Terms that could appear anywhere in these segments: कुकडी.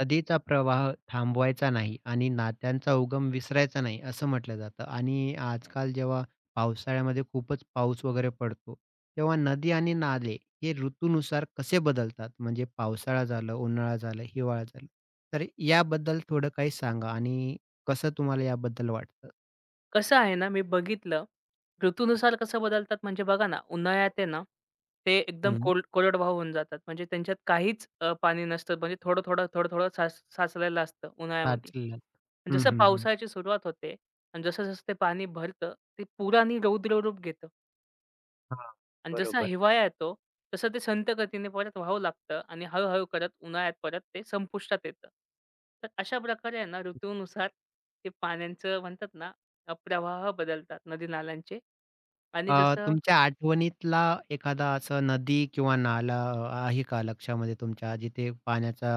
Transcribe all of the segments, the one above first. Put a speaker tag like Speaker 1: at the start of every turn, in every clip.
Speaker 1: नदीचा प्रवाह थांबवायचा नाही आणि नात्यांचा उगम विसरायचा नाही असं म्हटलं जातं आणि आजकाल जेव्हा पावसाळ्यामध्ये खूपच पाऊस वगैरे पडतो, तेव्हा नदी आणि नाले हे ऋतूनुसार कसे बदलतात? म्हणजे पावसाळा झालं, उन्हाळा झालं, हिवाळा झालं. तर याबद्दल थोडं काही सांगा आणि कसं तुम्हाला याबद्दल वाटतं?
Speaker 2: कसं आहे ना, मी बघितलं, ऋतूनुसार कसं बदलतात म्हणजे बघा ना, उन्हाळ्यात आहे ना, ते एकदम
Speaker 1: हं.
Speaker 2: कोरडवाहू होऊन जातात. म्हणजे त्यांच्यात काहीच पाणी नसतं. म्हणजे थोडं-थोडं, थोडं-थोडं साचलेलं असतं उन्हाळ्यामध्ये.
Speaker 1: साचलेलं.
Speaker 2: आणि
Speaker 1: हं,
Speaker 2: जसं
Speaker 1: हं, हं.
Speaker 2: पावसाळ्याची सुरुवात होते आणि जसं-जसं ते पाणी भरतं, ते पुराने रौद्र रूप घेतं.
Speaker 1: हां,
Speaker 2: आणि जसा
Speaker 1: बरोबर.
Speaker 2: हिवाळा येतो, तसं ते संथ गतीने परत वाहू लागतं आणि हळू करत उन्हाळ्यात परत ते संपुष्टात येतं. तर अशा प्रकारे आहे ना, ऋतूनुसार ते पाण्यांचं म्हणतात ना, प्रवाह बदलतात नदी-नाल्यांचे. आणि
Speaker 1: तुमच्या आठवणीतला एखादा असा नदी किंवा नाला आहे का लक्षामध्ये तुमच्या, जिथे पाण्याचा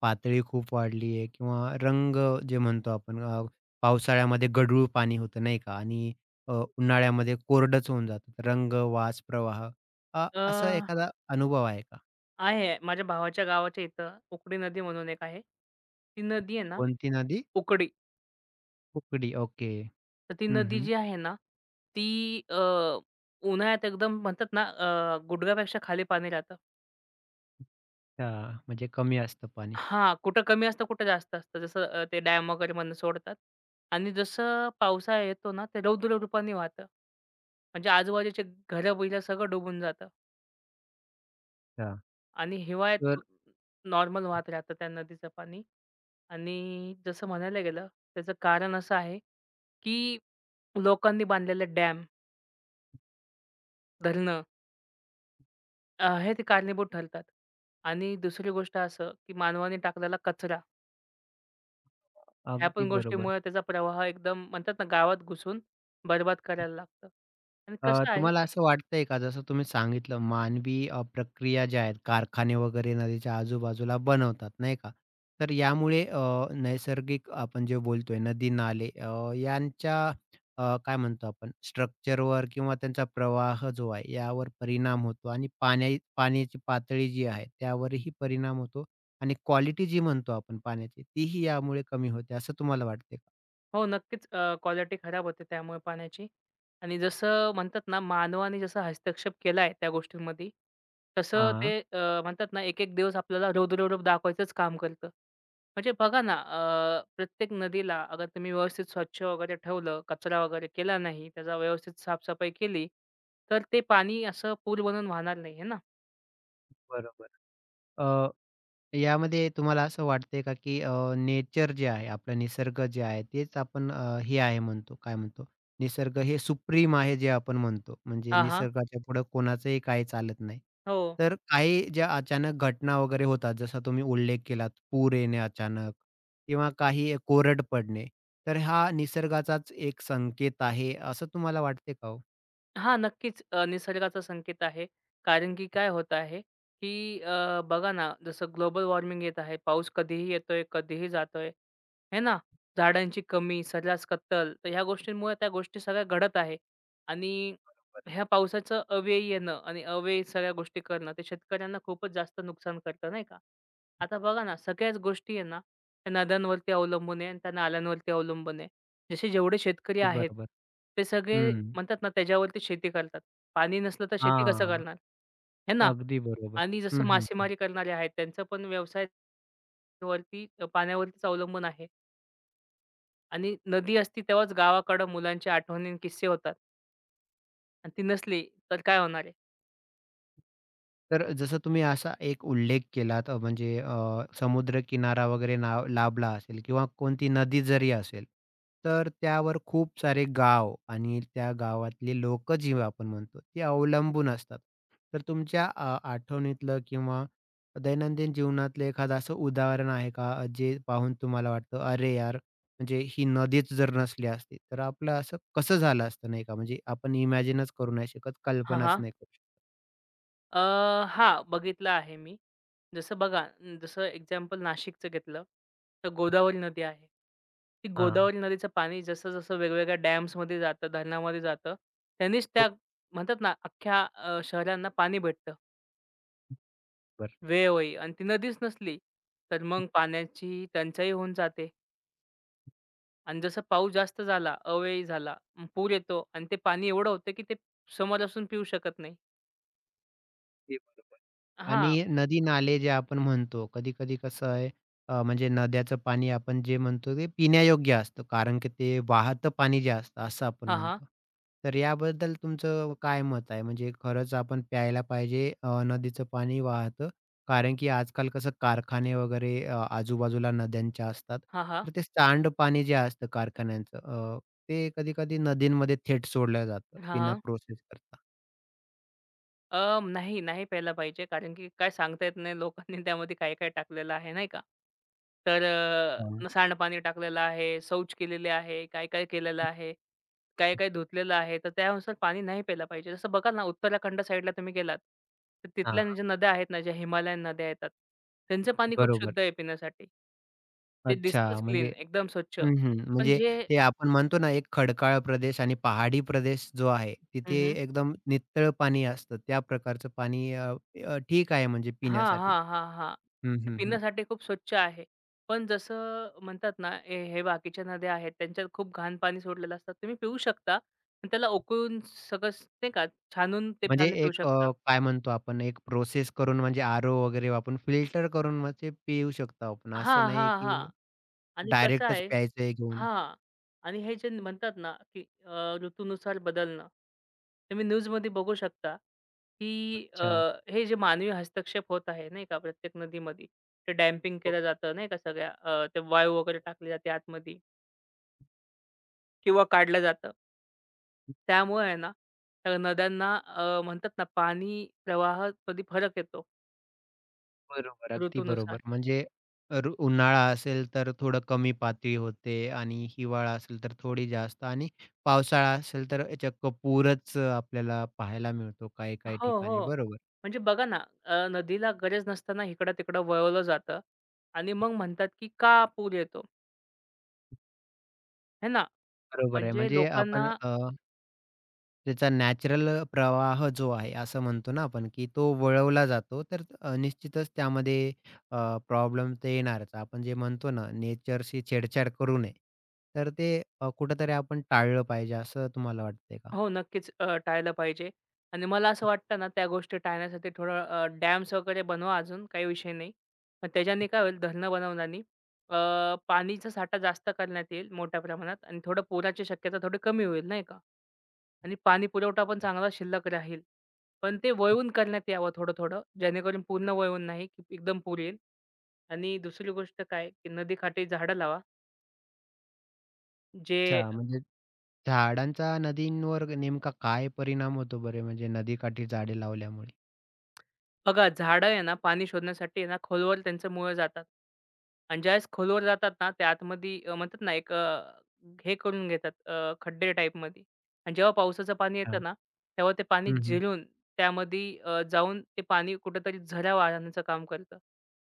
Speaker 1: पातळी खूप वाढली आहे किंवा रंग जे म्हणतो आपण पावसाळ्यामध्ये गढूळ पाणी होतं नाही का आणि अ, उन्हाळ्यामध्ये कोरडंच होऊन जातं. तर रंग, वास, प्रवाह
Speaker 2: अ,
Speaker 1: असा एखादा अनुभव आहे का?
Speaker 2: आहे माझ्या भावाच्या गावाच्या इथं उकडी नदी म्हणून एक आहे. ती नदी आहे ना,
Speaker 1: कोणती नदी?
Speaker 2: उकडी.
Speaker 1: कुकडी. ओके.
Speaker 2: तर ती
Speaker 1: हं,
Speaker 2: नदी
Speaker 1: हं.
Speaker 2: जी आहे ना, ती अ, उन्हाळ्यात एकदम म्हणतात ना, गुडघ्यापेक्षा खाली पाणी राहतं.
Speaker 1: अच्छा. म्हणजे कमी असतं पाणी.
Speaker 2: हां, कुठं कमी असतं, कुठं जास्त असतं. जसं ते डॅम वगैरेमधनं सोडतात आणि जसं पावसाळा येतो ना, ते रौद्र रूपाने वाहतं. म्हणजे आजूबाजूचे घरं-बिरं सगळं डुबून जातं
Speaker 1: हां.
Speaker 2: आणि
Speaker 1: तर
Speaker 2: हिवाळ्यात नॉर्मल वाहत राहतं त्या नदीचं पाणी आणि जसं म्हणायला गेलं, त्याचं कारण असं आहे, की लोकांनी बांधलेले डॅम, धरणं हे ते कारणीभूत ठरतात आणि दुसरी गोष्ट असं, की मानवाने टाकलेला कचरा. ह्या
Speaker 1: अगदी
Speaker 2: पण
Speaker 1: बरोबर.
Speaker 2: गोष्टीमुळे त्याचा प्रवाह एकदम म्हणतात ना गावात घुसून बरबाद करायला लागतं. आणि कसं आहे
Speaker 1: तुम्हाला असं वाटतंय का जसं तुम्ही सांगितलं मानवी प्रक्रिया ज्या आहेत कारखाने वगैरे नदीच्या आजूबाजूला बनवतात नाही का? तर यामुळे नैसर्गिक आपण जे बोलतोय नदी नाले यांच्या काय म्हणतो आपण स्ट्रक्चरवर किंवा त्यांचा प्रवाह जो आहे यावर परिणाम होतो आणि पाण्याची पातळी जी आहे त्यावरही परिणाम होतो आणि क्वालिटी जी म्हणतो आपण पाण्याची तीही यामुळे कमी होते असं तुम्हाला वाटते का?
Speaker 2: हो, नक्कीच क्वालिटी खराब होते त्यामुळे पाण्याची. आणि जसं म्हणतात ना मानवाने जसा हस्तक्षेप केलाय त्या गोष्टींमध्ये, तसं
Speaker 1: हां,
Speaker 2: ते म्हणतात ना एक-एक दिवस आपल्याला रौद्ररूप दाखवायचंच काम करतं. म्हणजे बघा ना, प्रत्येक नदीला अगर तुम्ही व्यवस्थित स्वच्छ वगैरे ठेवलं, कचरा वगैरे केला नाही, त्याचा व्यवस्थित साफसफाई केली, तर ते पाणी असं पूल बनून वाहणार नाही, आहे ना?
Speaker 1: बरोबर. यामध्ये तुम्हाला असं वाटतंय का, की नेचर जे आहे, आपला निसर्ग जे आहे, तेच आपण हे आहे म्हणतो, काय म्हणतो, निसर्ग हे सुप्रीम आहे जे आपण म्हणतो. म्हणजे
Speaker 2: हां, हां.
Speaker 1: निसर्गाच्या पुढं कोणाचंही काही चालत नाही.
Speaker 2: हो.
Speaker 1: तर काही ज्या अचानक घटना वगैरे होतात, जसा तुम्ही उल्लेख केलात, पूर येणे अचानक किंवा काही कोरड पडणे, तर हा निसर्गाचाच एक संकेत आहे, असं तुम्हाला वाटते का हो?
Speaker 2: हां, नक्कीच निसर्गाचा संकेत आहे. कारण की काय होत आहे, की बघा ना, जसं ग्लोबल वॉर्मिंग येत आहे. पाऊस कधीही येतोय, कधीही जातोय, हे ना? झाडांची कमी, सर्रास कत्तल. तर ह्या गोष्टींमुळे त्या गोष्टी सगळ्या घडत आहे. आणि
Speaker 1: बरोबर.
Speaker 2: ह्या पावसाचं अव्ययी येणं आणि अव्ययी सगळ्या गोष्टी करणं, ते शेतकऱ्यांना खूपच जास्त नुकसान करतं, नाही का? आता बघा ना, सगळ्याच गोष्टी आहे ना, त्या नद्यांवरती अवलंबून आहे आणि त्या नाल्यांवरती अवलंबून आहे. जसे जेवढे शेतकरी
Speaker 1: अगदी
Speaker 2: आहेत,
Speaker 1: बरोबर.
Speaker 2: ते सगळे म्हणतात ना, त्याच्यावरती शेती करतात. पाणी नसलं तर शेती कसं करणार? हे ना?
Speaker 1: अगदी बरोबर.
Speaker 2: आणि जसं
Speaker 1: हं, हं.
Speaker 2: मासेमारी करणारे आहेत, त्यांचा पण व्यवसाय पाण्यावरतीच अवलंबून आहे आणि नदी असती तेव्हाच गावाकडं मुलांच्या आठवणी आणि किस्से होतात आणि ती नसली तर काय होणार आहे?
Speaker 1: तर जसं तुम्ही असा एक उल्लेख केलात म्हणजे समुद्रकिनारा वगैरे नाव लाभला असेल किंवा कोणती नदी जरी असेल, तर त्यावर खूप सारे गाव आणि त्या गावातले लोकं जी आपण म्हणतो, ती अवलंबून असतात. तर तुमच्या आठवणीतलं किंवा दैनंदिन जीवनातलं एखादं असं उदाहरण आहे का? जे पाहून तुम्हाला वाटतं, "अरे यार! म्हणजे ही नदीच जर नसली असती, तर आपलं असं कसं झालं असतं?" नाही का? म्हणजे आपण इमॅजिनच करू नाही शकत,
Speaker 2: हां,
Speaker 1: कल्पनाच
Speaker 2: हां.
Speaker 1: नाही करू शकत.
Speaker 2: अ, हां, बघितलं आहे मी. जसं बघा, जसं एक्झाम्पल नाशिकचं घेतलं, तर गोदावरी नदी आहे. ती गोदावरी नदीचं पाणी जसं-जसं वेगवेगळ्या डॅम्समध्ये जातं, धरणामध्ये जातं, त्यांनीच
Speaker 1: हो,
Speaker 2: त्या म्हणतात ना, अख्ख्या शहरांना पाणी भेटतं
Speaker 1: बरोबर.
Speaker 2: वेळोवेळी आणि ती नदीच नसली, तर मग पाण्याची टंचाई होऊन जाते आणि जसं पाऊस जास्त झाला, अवेळी झाला, मग पूर येतो आणि ते पाणी एवढं होतं, की ते समोर असून पिऊ शकत नाही.
Speaker 1: अगदी बरोबर. आणि
Speaker 2: हां.
Speaker 1: नदी-नाले जे आपण म्हणतो, कधी-कधी कसं आहे म्हणजे नद्याचं पाणी आपण जे म्हणतो ते पिण्यायोग्य असतं, कारण की ते वाहतं पाणी जे असतं असं आपण
Speaker 2: हां, हां.
Speaker 1: म्हणतो. तर याबद्दल तुमचं काय मत आहे? म्हणजे खरंच आपण प्यायला पाहिजे नदीचं पाणी वाहतं, कारण की आजकाल कसं कारखाने वगैरे आजूबाजूला नद्यांच्या असतात.
Speaker 2: हां, हां.
Speaker 1: तर ते सांडपाणी जे असतं कारखान्यांचं ते कधी-कधी नदींमध्ये थेट सोडलं जातं, बिना
Speaker 2: हां,
Speaker 1: प्रोसेस करता.
Speaker 2: नाही, नाही प्यायला पाहिजे. कारण की काय सांगता येत नाही लोकांनी त्यामध्ये काय-काय टाकलेलं आहे, नाही का? तर अ,
Speaker 1: हां.
Speaker 2: न सांडपाणी टाकलेलं आहे, शौच केलेली आहे, काय-काय केलेलं आहे, काय-काय धुतलेलं आहे. तर त्यानुसार पाणी नाही प्यायला पाहिजे. जसं बघा ना, उत्तराखंड साईडला तुम्ही गेलात, तर
Speaker 1: हां,
Speaker 2: तिथल्या ज्या नद्या आहेत ना, ज्या हिमालयन नद्या येतात, त्यांचं पाणी खूप
Speaker 1: बरोबर.
Speaker 2: शुद्ध आहे पिण्यासाठी. ते दिसतंच
Speaker 1: अच्छा,
Speaker 2: क्लीन,
Speaker 1: म्हणजे
Speaker 2: एकदम स्वच्छ.
Speaker 1: हं, हं.
Speaker 2: पण
Speaker 1: म्हणजे
Speaker 2: जे
Speaker 1: ते आपण म्हणतो ना, एक खडकाळ प्रदेश आणि पहाडी प्रदेश जो आहे, तिथे
Speaker 2: हं,
Speaker 1: एकदम नितळ पाणी असतं. त्या प्रकारचं पाणी अ, अ, ठीक आहे म्हणजे
Speaker 2: हां,
Speaker 1: पिण्यासाठी.
Speaker 2: हां, हां, हां.
Speaker 1: हं,
Speaker 2: ते
Speaker 1: हं, हं.
Speaker 2: पिण्यासाठी खूप स्वच्छ आहे. पण जसं म्हणतात ना, हे हे बाकीच्या नद्या आहेत, त्यांच्यात खूप घाण पाणी सोडलेलं असतात. तुम्ही पिऊ शकता, पण त्याला उकळून सगळं नाही का छानून ते
Speaker 1: म्हणजे
Speaker 2: पाणी पिऊ
Speaker 1: एक
Speaker 2: शकता.
Speaker 1: अ, काय म्हणतो आपण, एक प्रोसेस करून म्हणजे आरो वगैरे वापरून फिल्टर करून म्हणजे पिऊ शकतो आपण.
Speaker 2: हां,
Speaker 1: असं नाही
Speaker 2: हां,
Speaker 1: की
Speaker 2: हां. आणि कसं
Speaker 1: डायरेक्टच
Speaker 2: आहे
Speaker 1: प्यायचं आहे घेऊन.
Speaker 2: हां. आणि हे जे म्हणतात ना, की ऋतूनुसार बदलणं. तुम्ही न्यूजमध्ये बघू शकता, की
Speaker 1: अच्छा.
Speaker 2: हे जे मानवी हस्तक्षेप होत आहे नाही का प्रत्येक नदीमध्ये. ते डॅम्पिंग केलं जातं नाही का सगळ्या, ते वाळू वगैरे टाकली जाते आतमध्ये किंवा काढलं जातं. त्यामुळे आहे ना, त्या नद्यांना म्हणतात ना पाणी प्रवाहामध्ये फरक येतो
Speaker 1: बरोबर, अगदी
Speaker 2: ऋतूनुसार.
Speaker 1: बरोबर. म्हणजे तर उन्हाळा असेल, तर थोडं कमी पातळी होते आणि हिवाळा असेल, तर थोडी जास्त आणि पावसाळा असेल, तर चक्क पूरच आपल्याला पाहायला मिळतो काही-काही
Speaker 2: हो,
Speaker 1: ठिकाणी.
Speaker 2: हो.
Speaker 1: बरोबर,
Speaker 2: म्हणजे बघा ना, नदीला गरज नसताना इकडं-तिकडं वळवलं जातं आणि मग म्हणतात, की का पूर येतो? आहे ना.
Speaker 1: बरोबर आहे.
Speaker 2: म्हणजे
Speaker 1: म्हणजे
Speaker 2: लोकांना
Speaker 1: आपण त्याचा नॅचरल प्रवाह जो आहे, असं म्हणतो ना आपण, की तो वळवला जातो. तर निश्चितच त्यामध्ये अ, प्रॉब्लेम तर येणारच. आपण जे म्हणतो ना, नेचरशी छेडछाड करू नये. तर ते कुठेतरी आपण टाळलं पाहिजे, असं तुम्हाला वाटतंय का?
Speaker 2: हो, नक्कीच टाळलं पाहिजे आणि मला असं वाटतं ना, त्या गोष्टी टाळण्यासाठी थोडं डॅम्स वगैरे बनवा अजून, काही विषय नाही. पण त्याच्याने काय होईल, धरणं बनवल्याने अ, पाणीचा साठा जास्त करण्यात येईल मोठ्या प्रमाणात आणि थोडं पुराची शक्यता थोडी कमी होईल, नाही का? आणि पाणी पुरवठा पण चांगला शिल्लक राहील. पण ते वळवून करण्यात यावं थोडं-थोडं, जेणेकरून पूर्ण वळवून नाही, की एकदम पूर येईल. आणि दुसरी गोष्ट काय, की नदीकाठी झाडं लावा, जे
Speaker 1: अच्छा, म्हणजे झाडांचा नदींवर नेमका काय परिणाम होतो बरे म्हणजे नदीकाठी झाडे लावल्यामुळे?
Speaker 2: बघा, झाडं आहे ना पाणी शोधण्यासाठी आहे ना खोलवर त्यांचं मुळं जातात आणि ज्यावेळेस खोलवर जातात ना, ते आतमध्ये म्हणतात ना एक हे करून घेतात खड्डे टाईपमध्ये आणि जेव्हा पावसाचं पाणी येतं
Speaker 1: हां.
Speaker 2: ना, तेव्हा ते पाणी
Speaker 1: हं, हं.
Speaker 2: जिरून त्यामध्ये जाऊन ते पाणी कुठेतरी झरा वाहण्याचं काम करतं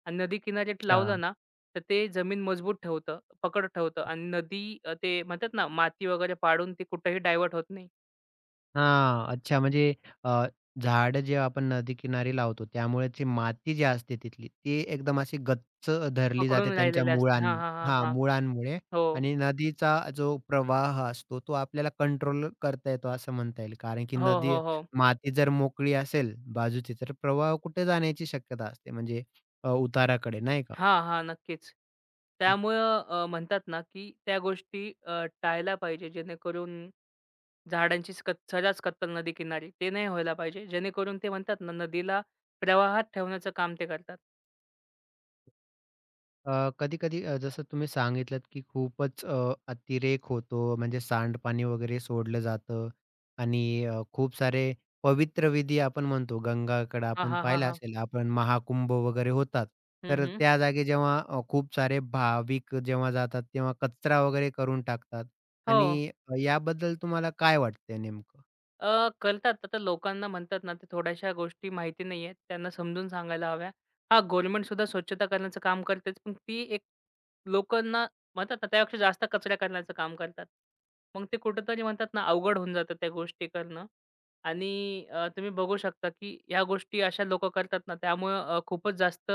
Speaker 2: आणि नदी किनारी लावलं
Speaker 1: अच्छा.
Speaker 2: ना, तर ते जमीन मजबूत ठेवतं, पकड ठेवतं आणि नदी ते म्हणतात ना माती वगैरे पाडून ती कुठेही डायव्हर्ट होत नाही.
Speaker 1: हां, अच्छा म्हणजे अ, झाडं जे आपण नदीकिनारी लावतो त्यामुळे ती माती जी असते तिथली ती एकदम अशी गच्च धरली जाते
Speaker 2: पकडून
Speaker 1: त्यांच्या
Speaker 2: राहिलेली असते.
Speaker 1: मुळां
Speaker 2: हां, हां, हां,
Speaker 1: हां,
Speaker 2: हां.
Speaker 1: मुळांमुळे
Speaker 2: हो.
Speaker 1: आणि नदीचा जो प्रवाह असतो तो आपल्याला कंट्रोल करता येतो असं म्हणता येईल. कारण की
Speaker 2: हो,
Speaker 1: नदी
Speaker 2: हो, हो.
Speaker 1: माती जर मोकळी असेल बाजूची तर प्रवाह कुठे जाण्याची शक्यता असते म्हणजे उताराकडे नाही का?
Speaker 2: हां, हां. नक्कीच. त्यामुळं म्हणतात ना, की त्या गोष्टी टाळल्या पाहिजे जेणेकरून झाडांची सर्रास कत्तल नदी किनारी. ते नाही व्हायला पाहिजे. जेणेकरून ते म्हणतात ना, नदीला प्रवाहात ठेवण्याचं काम ते करतात.
Speaker 1: कधी-कधी जसं तुम्ही सांगितलत, की खूपच अतिरेक होतो, म्हणजे सांडपाणी वगैरे सोडलं जातं आणि खूप सारे पवित्र विधी आपण म्हणतो, गंगाकडं
Speaker 2: हां,
Speaker 1: आपण
Speaker 2: हां, हां,
Speaker 1: पाहिलं
Speaker 2: हां.
Speaker 1: असेल, आपण महाकुंभ वगैरे होतात.
Speaker 2: हं,
Speaker 1: तर
Speaker 2: हं.
Speaker 1: त्या जागी जेव्हा खूप सारे भाविक जेव्हा जातात, तेव्हा कचरा वगैरे करून टाकतात आणि
Speaker 2: हो.
Speaker 1: याबद्दल तुम्हाला काय वाटतंय नेमकं?
Speaker 2: कळतात. आता लोकांना म्हणतात ना, ते थोड्याशा गोष्टी माहिती नाही आहेत. त्यांना समजून सांगायला हव्या. हां, गव्हर्नमेंटसुद्धा स्वच्छता करण्याचं काम करतेच, पण ती एक लोकांना म्हणतात ना, त्यापेक्षा जास्त कचरा करण्याचं काम करतात. मग ते कुठेतरी म्हणतात ना, अवघड होऊन जातं त्या गोष्टी करणं आणि तुम्ही बघू शकता, की ह्या गोष्टी अशा लोकं करतात ना, त्यामुळं खूपच जास्त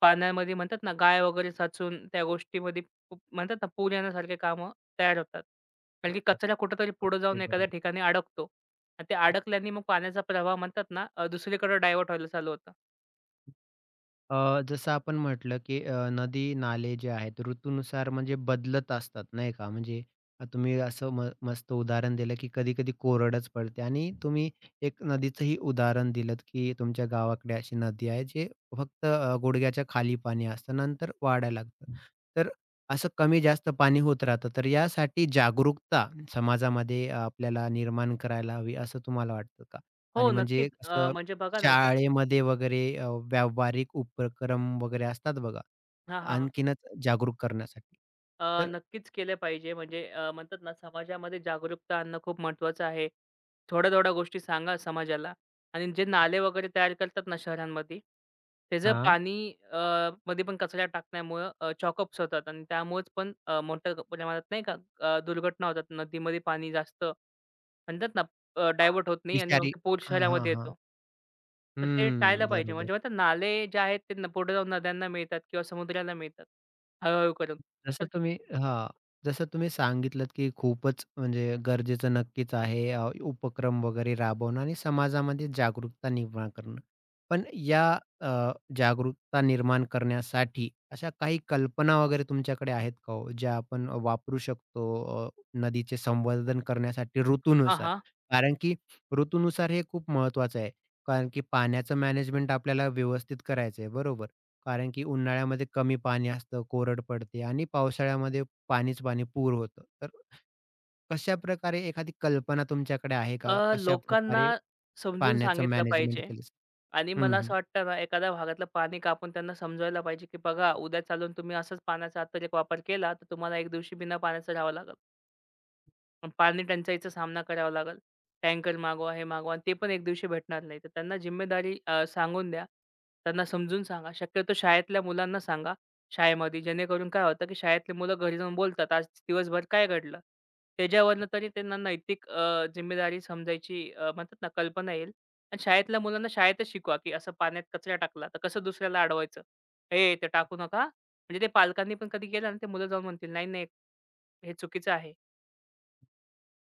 Speaker 2: पाण्यामध्ये म्हणतात ना, गाय वगैरे साचून त्या गोष्टीमध्ये खूप म्हणतात ना, पूर येण्यासारखे कामं तयार होतात. कारण की कचरा कुठेतरी पुढे
Speaker 1: अगदी
Speaker 2: जाऊन एखाद्या
Speaker 1: बरोबर.
Speaker 2: ठिकाणी अडकतो आणि ते अडकल्याने मग पाण्याचा प्रवाह म्हणतात ना, दुसरीकडे डायव्हर्ट व्हायला चालू होतं.
Speaker 1: जसं आपण म्हटलं, की नदी, नाले जे आहेत ऋतूनुसार म्हणजे बदलत असतात, नाही का? म्हणजे तुम्ही असं म मस्त उदाहरण दिलं, की कधी-कधी कोरडच पडते आणि तुम्ही एक नदीचंही उदाहरण दिलंत, की तुमच्या गावाकडे अशी नदी आहे, जे फक्त गुडघ्याच्या खाली पाणी असतं, नंतर वाढायला लागतं. तर असं कमी-जास्त पाणी होत राहतं. तर यासाठी जागरूकता समाजामध्ये आपल्याला निर्माण करायला हवी, असं तुम्हाला वाटतं का?
Speaker 2: हो,
Speaker 1: आणि म्हणजे
Speaker 2: नक्कीच.
Speaker 1: कसं
Speaker 2: म्हणजे बघा ना
Speaker 1: शाळेमध्ये वगैरे व्यावहारिक उपक्रम वगैरे असतात बघा,
Speaker 2: हां, हां, हां.
Speaker 1: आणखीनच जागरूक करण्यासाठी. तर
Speaker 2: नक्कीच केले पाहिजे. म्हणजे म्हणतात ना, समाजामध्ये जागरूकता आणणं खूप महत्त्वाचं आहे. थोड्या-थोड्या गोष्टी सांगा समाजाला आणि जे नाले वगैरे तयार करतात ना शहरांमध्ये, त्याचं
Speaker 1: हां.
Speaker 2: पाणी अ, मध्ये पण कचरा टाकण्यामुळं चॉकअप्स होतात आणि त्यामुळेच पण मोठ्या प्रमाणात नाही का दुर्घटना होतात. नदीमध्ये पाणी जास्त म्हणतात ना
Speaker 1: हां,
Speaker 2: डायव्हर्ट होत नाही आणि मग
Speaker 1: विचारी
Speaker 2: ते पूर
Speaker 1: हां, हां,
Speaker 2: शहरामध्ये
Speaker 1: हां.
Speaker 2: येतो. तर ते टाळलं
Speaker 1: हं,
Speaker 2: पाहिजे.
Speaker 1: बरोबर.
Speaker 2: म्हणजे म्हणतात नाले जे आहेत ते पुढे जाऊन नद्यांना मिळतात किंवा समुद्राला मिळतात हळू करून. तर
Speaker 1: जसं तुम्ही हां, जसं तुम्ही सांगितलत, की खूपच म्हणजे गरजेचं नक्कीच आहे उपक्रम वगैरे राबवणं आणि समाजामध्ये जागरूकता निर्माण करणं. पण या अ, जागरूकता निर्माण करण्यासाठी अशा काही कल्पना वगैरे तुमच्याकडे आहेत का हो? ज्या आपण वापरू शकतो नदीचे संवर्धन करण्यासाठी
Speaker 2: हां,
Speaker 1: ऋतूनुसार?
Speaker 2: हां.
Speaker 1: कारण की ऋतूनुसार हे खूप महत्त्वाचं आहे. कारण की पाण्याचं मॅनेजमेंट आपल्याला व्यवस्थित करायचं आहे, बरोबर? कारण की उन्हाळ्यामध्ये कमी पाणी असतं, कोरड पडते आणि पावसाळ्यामध्ये पाणीच पाणी, पूर होतं. तर कशाप्रकारे एखादी कल्पना तुमच्याकडे आहे का?
Speaker 2: लोकांना
Speaker 1: कशाप्रकारे
Speaker 2: समजून
Speaker 1: पाण्याचं
Speaker 2: सांगितलं
Speaker 1: मॅनेजमेंट
Speaker 2: पाहिजे
Speaker 1: केलं जातं?
Speaker 2: आणि
Speaker 1: हं,
Speaker 2: मला
Speaker 1: हं.
Speaker 2: असं वाटतं ना, एखाद्या भागातलं पाणी कापून त्यांना समजवायला पाहिजे, की बघा उद्या चालून तुम्ही असंच पाण्याचा अत्यधिक वापर केला, तर तुम्हाला एक दिवशी बिना पाण्याचं राहावं लागेल. मग पाणी टंचाईचा सामना करावा लागेल. टँकर मागवा, हे मागवा आणि ते पण एक दिवशी भेटणार नाही. तर त्यांना जिम्मेदारी सांगून द्या. त्यांना समजून सांगा. शक्यतो शाळेतल्या मुलांना सांगा शाळेमध्ये जेणेकरून काय होतं, की शाळेतली मुलं घरी जाऊन बोलतात, "आज दिवसभर काय घडलं?" त्याच्यावरनं तरी त्यांना नैतिक जिम्मेदारी समजायची, म्हणतात ना कल्पना येईल आणि शाळेतल्या मुलांना शाळेतच शिकवा, की असं पाण्यात कचरा टाकला तर कसं दुसऱ्याला अडवायचं. "ए, ते टाकू नका." म्हणजे ते पालकांनी पण कधी केलं ना, ते मुलं जाऊन म्हणतील, "नाही, नाही, हे चुकीचं आहे."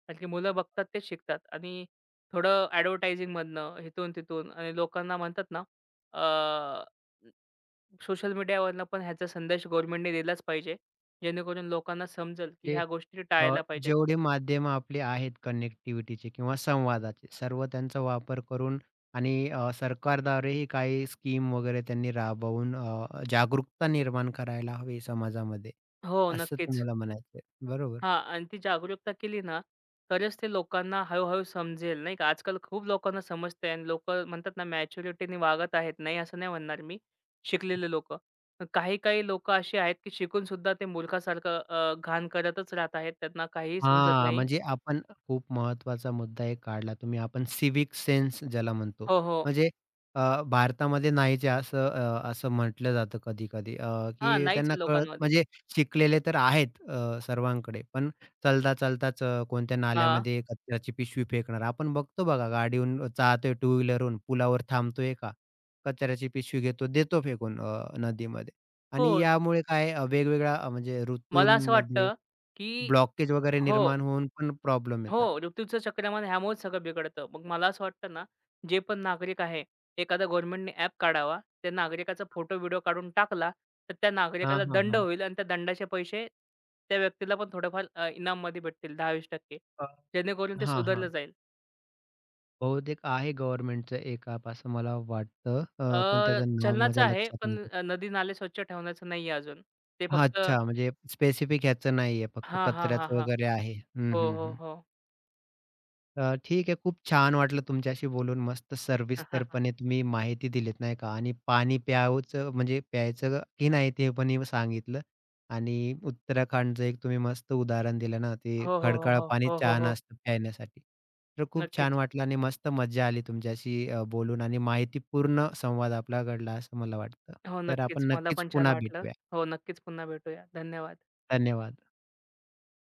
Speaker 2: कारण की मुलं बघतात तेच शिकतात आणि थोडं ॲडव्हर्टायझिंगमधनं, इथून-तिथून आणि लोकांना म्हणतात ना, अ, सोशल मीडियावरनं पण ह्याचा संदेश गव्हर्नमेंटने दिलाच पाहिजे. जेणेकरून लोकांना समजेल, की
Speaker 1: ते
Speaker 2: ह्या गोष्टी
Speaker 1: अ,
Speaker 2: टाळायला पाहिजेत.
Speaker 1: जेवढे माध्यमं आपले आहेत कनेक्टिव्हिटीचे किंवा संवादाचे, सर्व त्यांचा वापर करून आणि सरकारद्वारेही काही स्कीम वगैरे त्यांनी राबवून जागरूकता निर्माण करायला हवी समाजामध्ये,
Speaker 2: हो,
Speaker 1: असं
Speaker 2: नक्कीच.
Speaker 1: तुम्हाला म्हणायचंय. बरोबर.
Speaker 2: हां. आणि ती जागरूकता केली ना, तरच ते लोकांना हळू समजेल, नाही का. आजकाल खूप लोकांना समजतंय आणि लोकं म्हणतात ना, मॅच्युरिटीने वागत आहेत. नाही, असं नाही म्हणणार मी, शिकलेले लोकं. पण काही-काही लोकं अशी आहेत, की शिकून सुद्धा ते मूर्खासारखं घाण करतच राहत आहेत. त्यांना काहीही समजत
Speaker 1: हां,
Speaker 2: नाही.
Speaker 1: म्हणजे आपण खूप महत्त्वाचा मुद्दा एक काढला तुम्ही. आपण सिव्हिक सेन्स ज्याला म्हणतो.
Speaker 2: हो, हो.
Speaker 1: म्हणजे भारतामध्ये नाहीचे असं असं म्हटलं जातं कधी-कधी
Speaker 2: हां,
Speaker 1: की
Speaker 2: नाहीच
Speaker 1: त्यांना
Speaker 2: आहे
Speaker 1: कळत
Speaker 2: लोकांमध्ये.
Speaker 1: म्हणजे शिकलेले तर आहेत सर्वांकडे, पण चलता-चलताच कोणत्या
Speaker 2: हां.
Speaker 1: नाल्यामध्ये कचऱ्याची पिशवी फेकणार. आपण बघतो बघा गाडीहून चाहतोय टू व्हीलरहून पुलावर थांबतोय का? कचऱ्याची पिशवी घेतो, देतो फेकून नदीमध्ये आणि
Speaker 2: हो,
Speaker 1: यामुळे काय वेगवेगळ्या म्हणजे
Speaker 2: मला असं
Speaker 1: ऋतूंमध्ये
Speaker 2: वाटतं, की
Speaker 1: ब्लॉकेज वगैरे
Speaker 2: हो.
Speaker 1: निर्माण होऊन पण प्रॉब्लेम येतात.
Speaker 2: हो, ऋतूचं चक्रमान ह्यामुळेच सगळं बिघडतं. मग मला असं वाटतं ना, जे पण नागरिक आहे, एखादा गव्हर्नमेंटने ॲप काढावा. त्या नागरिकाचा फोटो, व्हिडिओ काढून टाकला, तर त्या
Speaker 1: हां,
Speaker 2: नागरिकाला
Speaker 1: हां,
Speaker 2: दंड
Speaker 1: हां.
Speaker 2: होईल आणि त्या दंडाचे पैसे त्या व्यक्तीला पण थोडेफार इनाममध्ये भेटतील 10-20%
Speaker 1: अ,
Speaker 2: जेणेकरून ते
Speaker 1: हां,
Speaker 2: सुधारलं
Speaker 1: हां.
Speaker 2: जाईल.
Speaker 1: बहुतेक आहे गव्हर्नमेंटचं एक ॲप असं मला वाटतं. पण त्याचं नाव
Speaker 2: चलनाचं
Speaker 1: माझ्या
Speaker 2: आहे,
Speaker 1: लक्षात
Speaker 2: पण
Speaker 1: नाही.
Speaker 2: नदी-नाले स्वच्छ ठेवण्याचं नाही आहे अजून. ते फक्त
Speaker 1: अच्छा, म्हणजे स्पेसिफिक ह्याचं नाहीये, फक्त
Speaker 2: हां, हां, हां,
Speaker 1: कचऱ्याचं
Speaker 2: हां.
Speaker 1: वगैरे आहे. हं,
Speaker 2: हो,
Speaker 1: हं,
Speaker 2: हो,
Speaker 1: हं.
Speaker 2: हो.
Speaker 1: ठीक आहे. खूप छान वाटलं तुमच्याशी बोलून. मस्त सर्विस्तरपणे तुम्ही माहिती दिलीत नाही का आणि पाणी प्यावचं म्हणजे प्यायचं की नाही ते पण ही सांगितलं आणि उत्तराखंडचं एक तुम्ही मस्त उदाहरण दिलं ना, ते
Speaker 2: हो, हो, हो,
Speaker 1: खडकाळ पाणी
Speaker 2: हो, हो, हो,
Speaker 1: छान
Speaker 2: हो.
Speaker 1: असतं प्यायण्यासाठी. तर खूप छान
Speaker 2: नक्कीच.
Speaker 1: वाटलं आणि मस्त मज्जा आली तुमच्याशी बोलून आणि माहितीपूर्ण संवाद आपला घडला असं मला वाटतं.
Speaker 2: हो,
Speaker 1: तर आपण
Speaker 2: नक्कीच. मला
Speaker 1: नक्कीच
Speaker 2: पण छान
Speaker 1: पुन्हा
Speaker 2: वाटलं.
Speaker 1: भेटूया.
Speaker 2: हो, नक्कीच पुन्हा भेटूया. धन्यवाद.
Speaker 1: धन्यवाद.